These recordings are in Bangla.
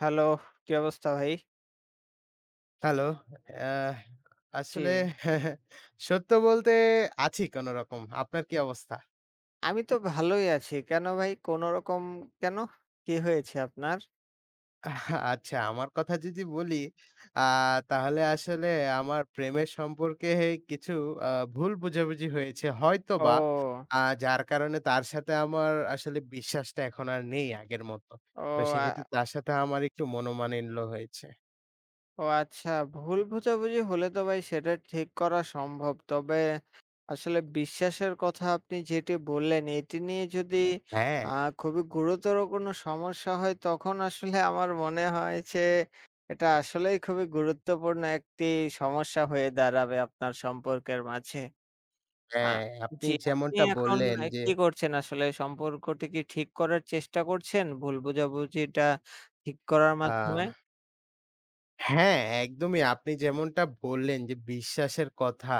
হ্যালো, কি অবস্থা ভাই? হ্যালো। অ্যাহ জি। আসলে সত্য বলতে আছি কোনরকম। আপনার কি অবস্থা? আমি তো ভালোই আছি। কেন ভাই কোন রকম কেন? কি হয়েছে আপনার? আচ্ছা, আমার কথা যদি বলি, আ তাহলে আসলে আমার প্রেমের সম্পর্কে কিছু আ ভুল বোঝাবুঝি হয়েছে হয়তোবা। ও, আ যার কারণে তার সাথে আমার আসলে বিশ্বাসটা এখন আর নেই আগের মতো। ও, তো আ সেক্ষেত্রে তার সাথে আমার একটু মনোমালিন্য হয়েছে। ও আচ্ছা, ভুল বোঝাবুঝি হলে তো ভাই সেটা ঠিক করা সম্ভব। তবে আসলে বিশ্বাসের কথা আপনি যেটি বললেন এটি নিয়ে যদি হ্যাঁ, আ খুবই গুরুতর কোনো সমস্যা হয় তখন আসলে আমার মনে হয় যে এটা আসলেই খুবই গুরুত্বপূর্ণ একটি সমস্যা হয়ে দাঁড়াবে আপনার সম্পর্কের মাঝে। আ হ্যাঁ, আপনি জি, আপনি যেমনটা এখন বললেন যে কি করছেন আসলে? সম্পর্কটি কি ঠিক করার চেষ্টা করছেন? ভুল বোঝাবুঝিটা ঠিক করার আ মাধ্যমে? হ্যাঁ, একদমই আপনি যেমনটা বললেন যে বিশ্বাসের কথা।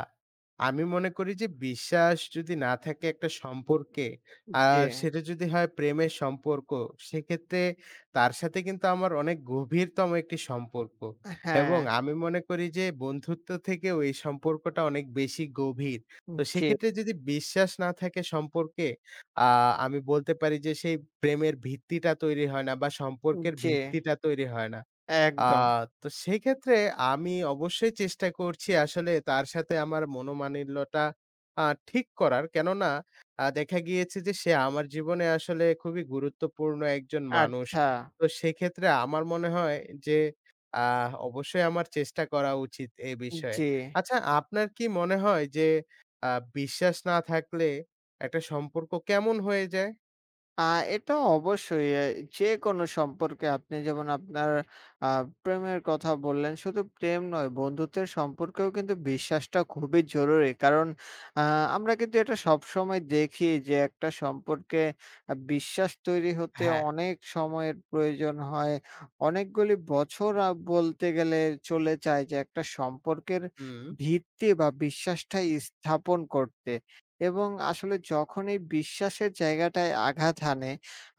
আমি মনে করি যে বিশ্বাস যদি না থাকে একটা সম্পর্কে, জি, আর সেটা যদি হয় প্রেমের সম্পর্ক, সেক্ষেত্রে তার সাথে কিন্তু আমার অনেক গভীরতম একটি সম্পর্ক। হ্যাঁ, এবং আমি মনে করি যে বন্ধুত্ব থেকেও এই সম্পর্কটা অনেক বেশি গভীর। তো জি, সেক্ষেত্রে যদি বিশ্বাস না থাকে সম্পর্কে, আ আমি বলতে পারি যে সেই প্রেমের ভিত্তিটা তৈরি হয় না বা সম্পর্কের জি, ভিত্তিটা তৈরি হয় না। আ একদম। তো সেই ক্ষেত্রে আমি অবশ্যই চেষ্টা করছি আসলে তার সাথে আমার মনোমালিন্যটা আ ঠিক করার। কেননা দেখা গিয়েছে যে সে আমার জীবনে আসলে খুবই গুরুত্বপূর্ণ একজন মানুষ। আচ্ছা, তো সেক্ষেত্রে আমার মনে হয় যে আ অবশ্যই আমার চেষ্টা করা উচিত এ বিষয়ে। জি। আচ্ছা আপনার কি মনে হয় যে আ বিশ্বাস না থাকলে একটা সম্পর্ক কেমন হয়ে যায়? আ এটা অবশ্যই যেকোনো সম্পর্কে আপনি যেমন আপনার আ প্রেমের কথা বললেন, শুধু প্রেম নয় বন্ধুত্বের সম্পর্কেও কিন্তু বিশ্বাসটা খুবই জরুরি। কারণ আ আমরা কিন্তু এটা সবসময় দেখি যে একটা সম্পর্কে বিশ্বাস তৈরি হতে হ্যাঁ। অনেক সময়ের প্রয়োজন হয়। অনেকগুলি বছর বলতে গেলে চলে যায় যে একটা সম্পর্কের হুম, ভিত্তি বা বিশ্বাসটা স্থাপন করতে। এবং আসলে যখন এই বিশ্বাসের জায়গাটায় আঘাত হানে,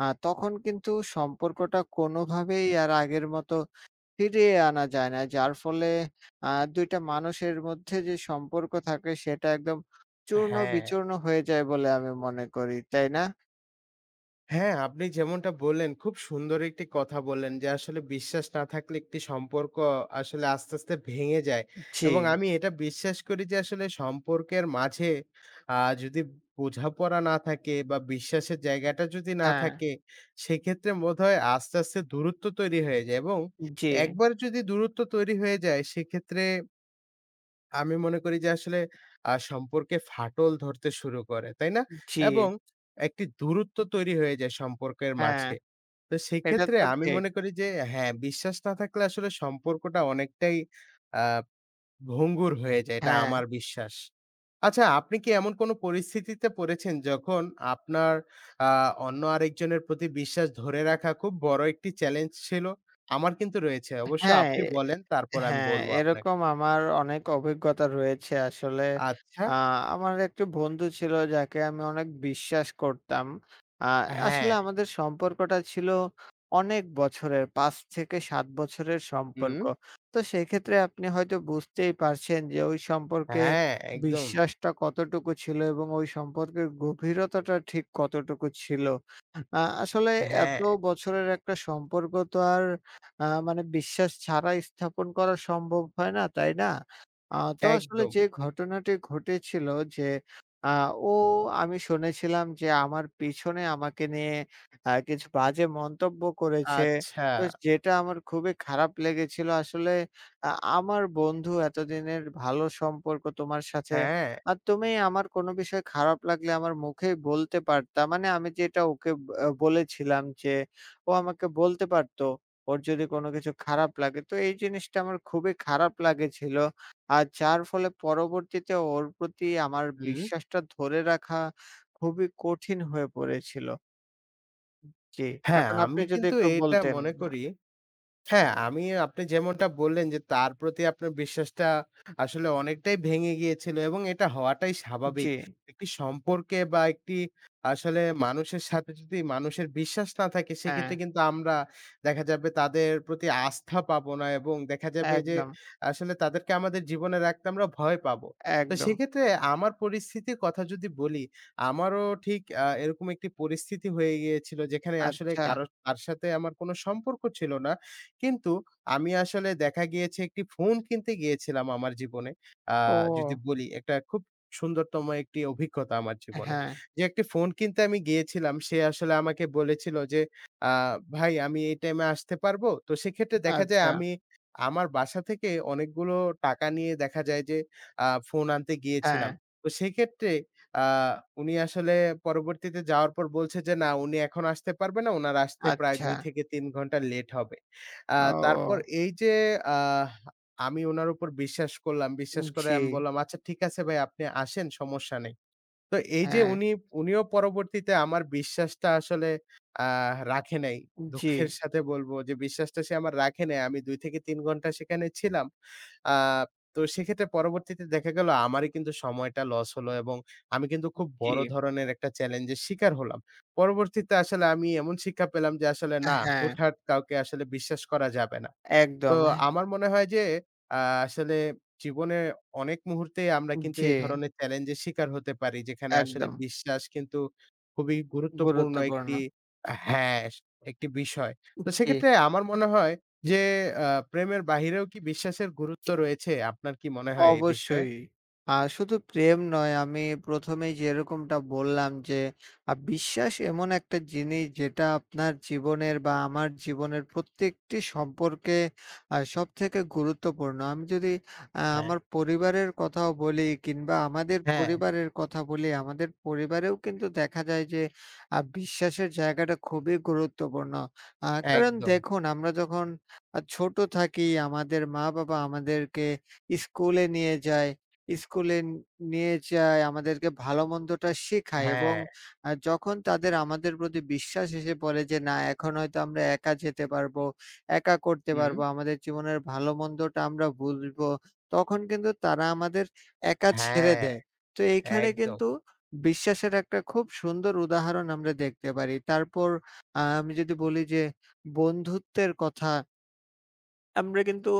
তখন কিন্তু সম্পর্কটা কোনোভাবেই আর আগের মতো ফিরিয়ে আনা যায় না। যার ফলে আ ২ টা মানুষের মধ্যে যে সম্পর্ক থাকে সেটা একদম হ্যাঁ। চূর্ণ-বিচূর্ণ হয়ে যায় বলে আমি মনে করি, তাই না? হ্যাঁ, আপনি যেমনটা বললেন, খুব সুন্দর একটি কথা বললেন যে, আসলে বিশ্বাস না থাকলে একটি সম্পর্ক আসলে আস্তে, আস্তে ভেঙে যায় জি, এবং আমি এটা বিশ্বাস করি যে, আসলে সম্পর্কের মাঝে যদি বোঝাপড়া না থাকে বা বিশ্বাসের জায়গাটা যদি না হ্যাঁ, থাকে, সেক্ষেত্রে বোধহয় আস্তে, আস্তে দূরত্ব তৈরি হয়ে যায় এবং জি, একবার যদি দূরত্ব তৈরি হয়ে যায়, সেক্ষেত্রে আমি মনে করি যে আসলে সম্পর্কে ফাটল ধরতে শুরু করে, তাই না? জি, এবং একটি দূরত্ব তৈরি হয়ে যায় সম্পর্কের হ্যাঁ, মাঝে। তো এটা সেক্ষেত্রে তো আমি ঠিক। মনে করি যে হ্যাঁ, বিশ্বাস না থাকলে আসলে সম্পর্কটা অনেকটাই আ ভঙ্গুর হয়ে যায়। এটা হ্যাঁ। আমার বিশ্বাস। আচ্ছা, আপনি কি এমন কোনো পরিস্থিতিতে পড়েছেন যখন আপনার আ অন্য আরেকজনের প্রতি বিশ্বাস ধরে রাখা খুব বড় একটি চ্যালেঞ্জ ছিল? আমার কিন্তু রয়েছে। অবশ্য হ্যাঁ, আপনি বলেন তারপর আমি হ্যাঁ, বলব আপনাকে। এরকম আমার অনেক অভিজ্ঞতা রয়েছে আসলে। আচ্ছা, আ আমার একটি বন্ধু ছিল যাকে আমি অনেক বিশ্বাস করতাম। আ হ্যাঁ। আসলে আমাদের সম্পর্কটা ছিল অনেক বছরের, ৫ থেকে ৭ বছরের হুম, সম্পর্ক। তো সেক্ষেত্রে আপনি হয়তো বুঝতেই পারছেন যে ওই সম্পর্কে হ্যাঁ, একদম। বিশ্বাসটা কতটুকু ছিল এবং ওই সম্পর্কের গভীরতাটা ঠিক কতটুকু ছিল। আ আসলে এত হ্যাঁ, বছরের একটা সম্পর্ক তো আর মানে বিশ্বাস ছাড়া স্থাপন করা সম্ভব হয় না, তাই না? আ তো আসলে একদম। যে ঘটনাটি ঘটেছিল যে আ ও আমি শুনেছিলাম যে আমার পিছনে আমাকে নিয়ে কিছু বাজে মন্তব্য করেছে। আচ্ছা, তো যেটা আমার খুবই খারাপ লেগেছিল। আসলে আ আমার বন্ধু এতদিনের ভালো সম্পর্ক তোমার সাথে হ্যাঁ, আর তুমি আমার কোনো বিষয় খারাপ লাগলে আমার মুখেই বলতে পারতা। মানে আমি যেটা ওকে বলেছিলাম যে, ও আমাকে বলতে পারত। ওর যদি কোনো কিছু খারাপ লাগে। তো এই জিনিসটা আমার খুবই খারাপ লাগেছিল। আর যার ফলে পরবর্তীতে ওর প্রতি আমার হুম। বিশ্বাসটা ধরে রাখা খুবই কঠিন হয়ে পড়েছিল। জি। হ্যাঁ, এখন আপনি আমি যদি কিন্তু একটু এটা বলতেন। মনে করি হ্যাঁ, আমি আপনি যেমনটা বললেন যে তার প্রতি আপনার বিশ্বাসটা আসলে অনেকটাই ভেঙে গিয়েছিল এবং এটা হওয়াটাই স্বাভাবিক। জি, একটি সম্পর্কে বা একটি আসলে মানুষের সাথে যদি মানুষের বিশ্বাস না থাকে হ্যাঁ, সেক্ষেত্রে কিন্তু আমরা দেখা যাবে তাদের প্রতি আস্থা পাবো না এবং দেখা যাবে যে একদম, আসলে তাদেরকে আমাদের জীবনে রাখতে আমরা ভয় পাবো। তো একদম। সেক্ষেত্রে আমার পরিস্থিতির কথা যদি বলি, আমারও ঠিক এরকম একটি পরিস্থিতি হয়ে গিয়েছিল যেখানে আসলে আচ্ছা। কারো তার সাথে আমার কোনো সম্পর্ক ছিল না। কিন্তু আমি আসলে দেখা গিয়েছে একটি ফোন কিনতে গিয়েছিলাম আমার জীবনে। আ যদি ও! বলি একটা খুব সুন্দরতম একটি অভিজ্ঞতা আমার জীবনে। হ্যাঁ, যে একটি ফোন কিনতে আমি গিয়েছিলাম সে আসলে আমাকে বলেছিল যে, "আ ভাই আমি এই টাইমে আসতে পারবো?" তো সেক্ষেত্রে দেখা যায় আচ্ছা, আমি আমার বাসা থেকে অনেকগুলো টাকা নিয়ে দেখা যায় যে ফোন আনতে হ্যাঁ, গিয়েছিলাম। তো সেক্ষেত্রে আ উনি আসলে পরবর্তীতে যাওয়ার পর বলছে যে, "না উনি এখন আসতে পারবে না। উনার আসতে প্রায় আচ্ছা। ২ থেকে ৩ ঘন্টা লেট হবে।" আ তারপর ও এই যে আহ আমি উনার উপর বিশ্বাস করলাম। বিশ্বাস করে জি, আমি বললাম, "আচ্ছা ঠিক আছে ভাই আপনি আসেন সমস্যা নেই।" তো এই যে হ্যাঁ, উনিও পরবর্তীতে আমার বিশ্বাসটা আসলে আ রাখে নাই। জি, দুঃখের সাথে বলব যে বিশ্বাসটা সে আমার রাখে নাই। আমি ২ থেকে ৩ ঘন্টা সেখানে ছিলাম। আ তো সেক্ষেত্রে পরবর্তীতে দেখা গেল আমারই কিন্তু সময়টা লস হলো এবং আমি কিন্তু খুব জি। বড় ধরনের একটা চ্যালেঞ্জের শিকার হলাম। পরবর্তীতে আসলে আমি এমন শিক্ষা পেলাম যে আসলে না, হ্যাঁ, হুটহাট কাউকে আসলে বিশ্বাস করা যাবে না। তো একদম। আমার মনে হয় যে আ আসলে জীবনে অনেক মুহূর্তেই আমরা কিন্তু জি, এই ধরনের চ্যালেঞ্জের শিকার হতে পারি। যেখানে আসলে একদম বিশ্বাস কিন্তু খুবই গুরুত্বপূর্ণ গুরুত্বপূর্ণ। একটি হ্যাঁ, একটি বিষয়। তো জি। সেক্ষেত্রে আমার মনে হয় যে আ প্রেমের বাহিরেও কি বিশ্বাসের গুরুত্ব রয়েছে? আপনার কি মনে হয় এই বিষয়ে? অবশ্যই। শুধু প্রেম নয় আমি ১ম এই যেরকমটা বললাম যে বিশ্বাস এমন একটা জিনিস যেটা আপনার জীবনের বা আমার জীবনের প্রত্যেকটি সম্পর্কে সবথেকে গুরুত্বপূর্ণ। আমি যদি হ্যাঁ। আমার পরিবারের কথাও বলি কিংবা আমাদের হ্যাঁ, পরিবারের কথা বলি, আমাদের পরিবারেও কিন্তু দেখা যায় যে বিশ্বাসের জায়গাটা খুবই গুরুত্বপূর্ণ। কারণ একদম। দেখুন আমরা যখন ছোট থাকি আমাদের মা-বাবা আমাদেরকে স্কুলে নিয়ে যায়। স্কুলে নিয়ে যায়, আমাদেরকে ভালো-মন্দটা শেখায় এবং হ্যাঁ, যখন তাদের আমাদের প্রতি বিশ্বাস এসে পড়ে যে, না এখন হয়তো আমরা একা যেতে পারবো, একা করতে হুম, পারবো, আমাদের জীবনের ভালো-মন্দটা আমরা বুঝবো, তখন কিন্তু তারা আমাদের একা ছেড়ে হ্যাঁ, দেয়। তো এইখানে একদম। কিন্তু বিশ্বাসের একটা খুব সুন্দর উদাহরণ আমরা দেখতে পারি। তারপর আমি যদি বলি যে বন্ধুত্বের কথা আমরা কিন্তু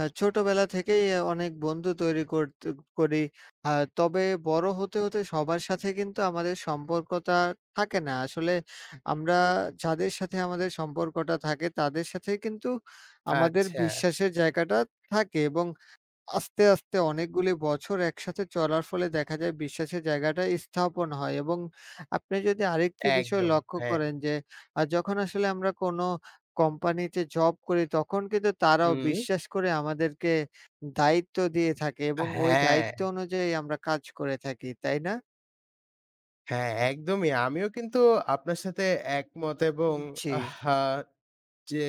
ছোটবেলা থেকেই অনেক বন্ধু তৈরি করি। আ তবে বড় হতে, হতে সবার সাথে কিন্তু আমাদের সম্পর্কটা থাকে না। আসলে আমরা যাদের সাথে আমাদের সম্পর্কটা থাকে তাদের সাথে কিন্তু আমাদের আচ্ছা, বিশ্বাসের জায়গাটা থাকে এবং আস্তে, আস্তে অনেকগুলি বছর একসাথে চলার ফলে দেখা যায় বিশ্বাসের জায়গাটা স্থাপন হয় এবং আপনি যদি আরেকটি বিষয় একদম। লক্ষ্য হ্যাঁ, করেন যে, যখন আসলে আমরা কোনো কোম্পানিতে জব করি, তখন কিন্তু তারাও হুম, বিশ্বাস করে আমাদেরকে দায়িত্ব দিয়ে থাকে এবং ওই হ্যাঁ। দায়িত্ব অনুযায়ী আমরা কাজ করে থাকি, তাই না? হ্যাঁ, একদমই। আমিও কিন্তু আপনার সাথে একমত এবং জি, আহা! যে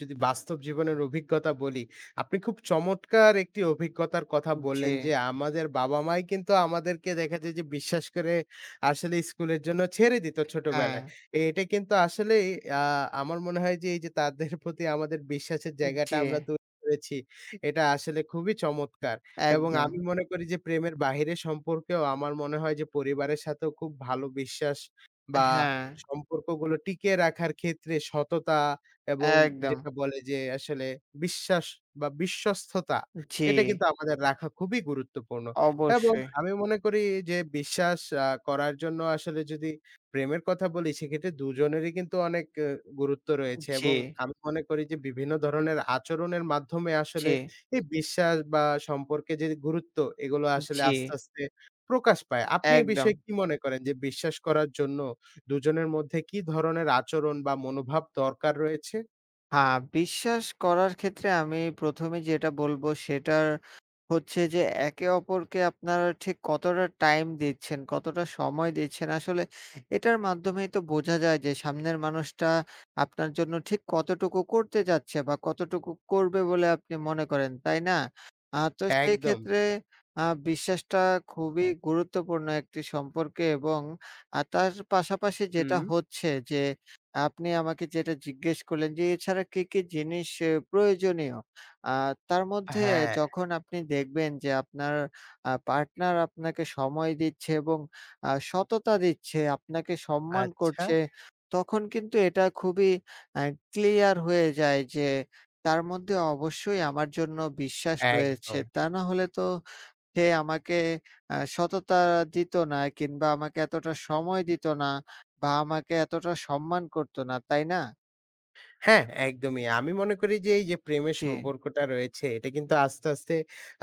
যদি বাস্তব জীবনের অভিজ্ঞতা বলি, আপনি খুব চমৎকার একটি অভিজ্ঞতার কথা জি, বললেন যে, আমাদের বাবা-মাই কিন্তু আমাদেরকে দেখা যায় যে বিশ্বাস করে আসলে স্কুলের জন্য ছেড়ে দিত হ্যাঁ, ছোটবেলায়। এটা কিন্তু আসলেই আ আমার মনে হয় যে, এই যে তাদের প্রতি আমাদের বিশ্বাসের জায়গাটা জি, আমরা তৈরি করেছি, এটা আসলে খুবই চমৎকার। এবং একদম। আমি মনে করি যে প্রেমের বাহিরে সম্পর্কেও আমার মনে হয় যে পরিবারের সাথেও খুব ভালো বিশ্বাস বা হ্যাঁ, সম্পর্কগুলো টিকিয়ে রাখার ক্ষেত্রে সততা এবং একদম। যেটা বলে যে আসলে বিশ্বাস বা বিশ্বস্ততা জি, এটা কিন্তু আমাদের রাখা খুবই গুরুত্বপূর্ণ। এবং অবশ্যই। আমি মনে করি যে বিশ্বাস করার জন্য আসলে যদি প্রেমের কথা বলি সেক্ষেত্রে দুজনেরই কিন্তু অনেক গুরুত্ব রয়েছে জি, এবং আমি মনে করি যে বিভিন্ন ধরনের আচরণের মাধ্যমে জি, আসলে এই বিশ্বাস বা সম্পর্কে যে গুরুত্ব এগুলো আসলে জি, আস্তে, আস্তে প্রকাশ পায়। আপনি এ একদম। বিষয়ে কি মনে করেন যে বিশ্বাস করার জন্য দুজনের মধ্যে কি ধরনের আচরণ বা মনোভাব দরকার রয়েছে? হ্যাঁ, বিশ্বাস করার ক্ষেত্রে আমি ১ম এ যেটা বলব সেটার হচ্ছে যে একে অপরকে আপনারা ঠিক কতটা টাইম দিচ্ছেন, কতটা সময় দিচ্ছেন। আসলে এটার মাধ্যমেই তো বোঝা যায় যে সামনের মানুষটা আপনার জন্য ঠিক কতটুকু করতে যাচ্ছে বা কতটুকু করবে বলে আপনি মনে করেন, তাই না? তো সেই একদম। ক্ষেত্রে বিশ্বাসটা খুবই গুরুত্বপূর্ণ একটি সম্পর্কে এবং তার পাশাপাশি যেটা হুম। হচ্ছে যে আপনি আমাকে যেটা জিজ্ঞেস করলেন যে এছাড়া কি, কি জিনিস এ প্রয়োজনীয়? আ তার মধ্যে হ্যাঁ, যখন আপনি দেখবেন যে আপনার পার্টনার আপনাকে সময় দিচ্ছে এবং সততা দিচ্ছে, আপনাকে সম্মান আচ্ছা, করছে, তখন কিন্তু এটা খুবই আ ক্লিয়ার হয়ে যায় যে তার মধ্যে অবশ্যই আমার জন্য বিশ্বাস রয়েছে। একদম। তা না হলে তো সে আমাকে সততা দিত না কিংবা আমাকে এতটা সময় দিত না বা আমাকে এতটা সম্মান করত না। তাই না? হ্যাঁ, একদমই। আমি মনে করি যে এই যে প্রেমের জি, সম্পর্কটা রয়েছে এটা কিন্তু আস্তে, আস্তে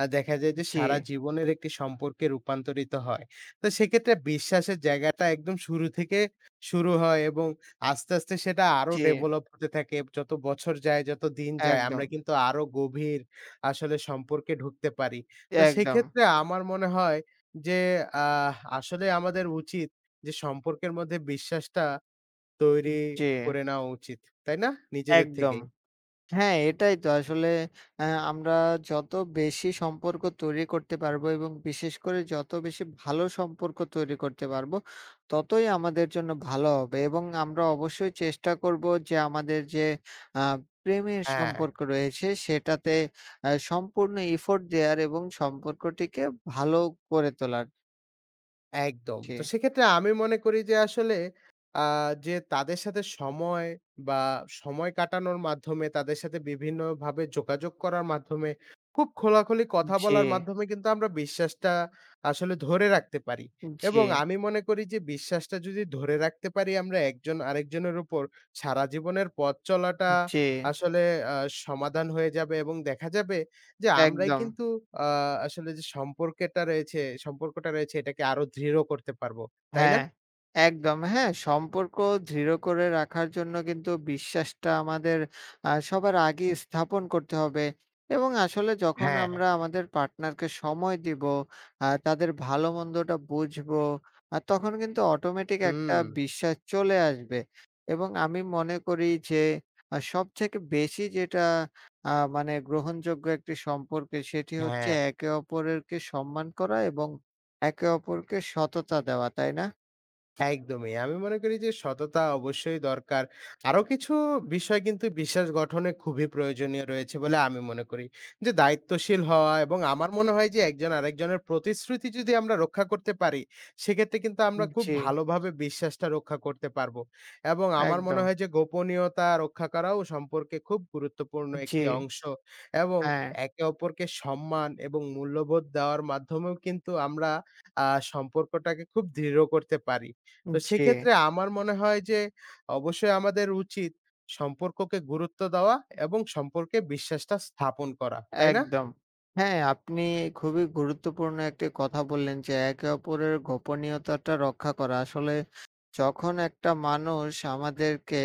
দেখা যায় যে জি, সারা জীবনের একটি সম্পর্কে রূপান্তরিত হয়। তো সেক্ষেত্রে বিশ্বাসের জায়গাটা একদম শুরু থেকে শুরু হয় এবং আস্তে, আস্তে সেটা আরো জি। ডেভেলপ হতে থাকে। যত বছর যায়, যত দিন যায় আমরা একদম, কিন্তু আরো গভীর আসলে সম্পর্কে ঢুকতে পারি। তো একদম। সেক্ষেত্রে আমার মনে হয় যে আহ আসলে আমাদের উচিত যে সম্পর্কের মধ্যে বিশ্বাসটা তৈরি জি, করে নেওয়া উচিত। তাই না? নিজেদের একদম। থেকেই। হ্যাঁ, এটাই তো আসলে অ্যা আমরা যত বেশি সম্পর্ক তৈরি করতে পারবো এবং বিশেষ করে যত বেশি ভালো সম্পর্ক তৈরি করতে পারবো, ততই আমাদের জন্য ভালো হবে এবং আমরা অবশ্যই চেষ্টা করব যে আমাদের যে আ প্রেমের হ্যাঁ, সম্পর্ক রয়েছে সেটাতে সম্পূর্ণ effort দেওয়ার এবং সম্পর্কটিকে ভালো করে তোলার। একদম। জি, তো সেক্ষেত্রে আমি মনে করি যে আসলে আ যে তাদের সাথে সময় বা সময় কাটানোর মাধ্যমে তাদের সাথে বিভিন্নভাবে যোগাযোগ করার মাধ্যমে খুব খোলাখুলি কথা জি, বলার মাধ্যমে কিন্তু আমরা বিশ্বাসটা আসলে ধরে রাখতে পারি। জি, এবং আমি মনে করি যে বিশ্বাসটা যদি ধরে রাখতে পারি আমরা একজন আরেকজনের উপর সারা জীবনের পথ চলাটা জি, আসলে আ সমাধান হয়ে যাবে এবং দেখা যাবে যে আমরাই একদম। কিন্তু আ আসলে যে সম্পর্কেটা রয়েছে সম্পর্কটা রয়েছে এটাকে আরো দৃঢ় করতে পারবো। তাই না? হ্যাঁ, একদম। হ্যাঁ, সম্পর্ক দৃঢ় করে রাখার জন্য কিন্তু বিশ্বাসটা আমাদের সবার আগে স্থাপন করতে হবে এবং আসলে যখন হ্যাঁ। আমরা আমাদের পার্টনারকে সময় দিব, তাদের ভালো-মন্দটা বুঝবো, তখন কিন্তু অটোমেটিক একটা হুম, বিশ্বাস চলে আসবে এবং আমি মনে করি যে সবথেকে বেশি যেটা মানে গ্রহণযোগ্য একটি সম্পর্কে সেটি হচ্ছে হ্যাঁ। একে অপরেরকে সম্মান করা এবং একে অপরকে সততা দেওয়া, তাই না? একদমই। আমি মনে করি যে সততা অবশ্যই দরকার। আরো কিছু বিষয় কিন্তু বিশ্বাস গঠনে খুবই প্রয়োজনীয় রয়েছে বলে আমি মনে করি। যে দায়িত্বশীল হওয়া এবং আমার মনে হয় যে একজন আরেকজনের প্রতিশ্রুতি যদি আমরা রক্ষা করতে পারি, সেক্ষেত্রে কিন্তু আমরা খুব জি, ভালোভাবে বিশ্বাসটা রক্ষা করতে পারবো। এবং আমার মনে একদম। হয় যে গোপনীয়তা রক্ষা করাও সম্পর্কে খুব গুরুত্বপূর্ণ জি, একটি অংশ এবং হ্যাঁ, একে অপরকে সম্মান এবং মূল্যবোধ দেওয়ার মাধ্যমেও কিন্তু আমরা সম্পর্কটাকে খুব দৃঢ় করতে পারি। তো জি। সেক্ষেত্রে আমার মনে হয় যে অবশ্যই আমাদের উচিত সম্পর্ককে গুরুত্ব দেওয়া এবং সম্পর্কে বিশ্বাসটা স্থাপন করা। তাই না? একদম। হ্যাঁ, আপনি খুবই গুরুত্বপূর্ণ একটি কথা বললেন যে একে অপরের গোপনীয়তাটা রক্ষা করা। আসলে যখন একটা মানুষ আমাদেরকে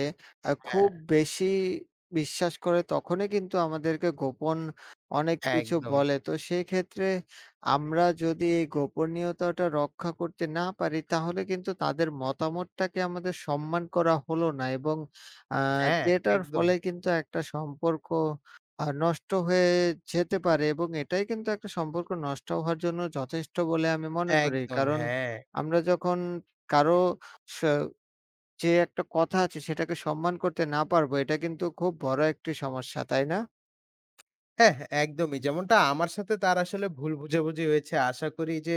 হ্যাঁ। খুব বেশি বিশ্বাস করে তখনই কিন্তু আমাদেরকে গোপন অনেক কিছু একদম। বলে। তো সেক্ষেত্রে আমরা যদি এই গোপনীয়তাটা রক্ষা করতে না পারি তাহলে কিন্তু তাদের মতামতটাকে আমাদের সম্মান করা হলো না এবং আ হ্যাঁ, যেটার একদম, ফলে কিন্তু একটা সম্পর্ক নষ্ট হয়ে যেতে পারে এবং এটাই কিন্তু একটা সম্পর্ক নষ্ট হওয়ার জন্য যথেষ্ট বলে আমি মনে করি। একদম। কারণ হ্যাঁ। আমরা যখন কারো স যে একটা কথা আছে সেটাকে সম্মান করতে না পারবো, এটা কিন্তু খুব বড় একটি সমস্যা, তাই না? হ্যাঁ, হ্যাঁ, একদমই। যেমনটা আমার সাথে তার আসলে ভুল বোঝাবুঝি হয়েছে। আশা করি যে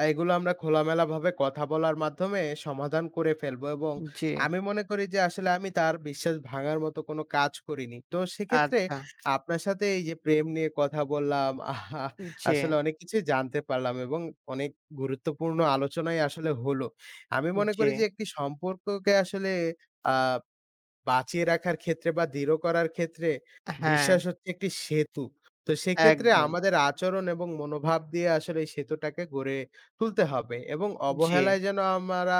এগুলো আমরা খোলামেলাভাবে কথা বলার মাধ্যমে সমাধান করে ফেলবো এবং জি, আমি মনে করি যে আসলে আমি তার বিশ্বাস ভাঙার মতো কোনো কাজ করিনি। তো সেক্ষেত্রে আচ্ছা। আপনার সাথে এই যে প্রেম নিয়ে কথা বললাম, আহা! জি, আসলে অনেক কিছুই জানতে পারলাম এবং অনেক গুরুত্বপূর্ণ আলোচনাই আসলে হলো। আমি মনে জি। করি যে একটি সম্পর্ককে আসলে আ বাঁচিয়ে রাখার ক্ষেত্রে বা দৃঢ় করার ক্ষেত্রে হ্যাঁ, বিশ্বাস হচ্ছে একটি সেতু। তো সেক্ষেত্রে একদম। আমাদের আচরণ এবং মনোভাব দিয়ে আসলে এই সেতুটাকে গড়ে তুলতে হবে এবং জি, অবহেলায় যেন আমরা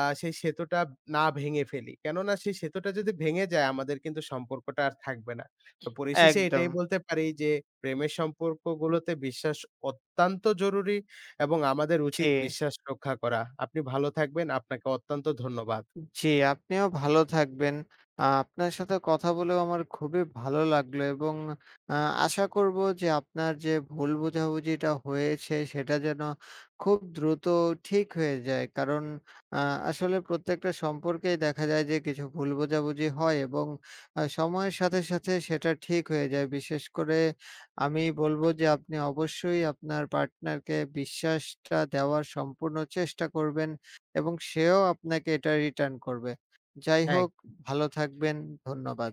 সেই সেতুটা না ভেঙে ফেলি। কেননা সেই সেতুটা যদি ভেঙে যায় আমাদের কিন্তু সম্পর্কটা আর থাকবে না। তো পরিশেষে এটাই একদম। বলতে পারি যে প্রেমের সম্পর্কগুলোতে বিশ্বাস অত্যন্ত জরুরি এবং আমাদের জি। উচিত বিশ্বাস রক্ষা করা। আপনি ভালো থাকবেন। আপনাকে অত্যন্ত ধন্যবাদ। জি, আপনিও ভালো থাকবেন। আপনার সাথে কথা বলেও আমার খুবই ভালো লাগলো এবং আ আশা করব যে আপনার যে ভুল বোঝাবুঝিটা হয়েছে সেটা যেন খুব দ্রুত ঠিক হয়ে যায়। কারণ আ আসলে প্রত্যেকটা সম্পর্কেই দেখা যায় যে কিছু ভুল বোঝাবুঝি হয় এবং সময়ের সাথে, সাথে সেটা ঠিক হয়ে যায়। বিশেষ করে আমি বলব যে আপনি অবশ্যই আপনার পার্টনারকে বিশ্বাসটা দেওয়ার সম্পূর্ণ চেষ্টা করবেন। এবং সেও আপনাকে এটা রিটার্ন করবে। যাই হ্যাঁ। হোক, ভালো থাকবেন। ধন্যবাদ।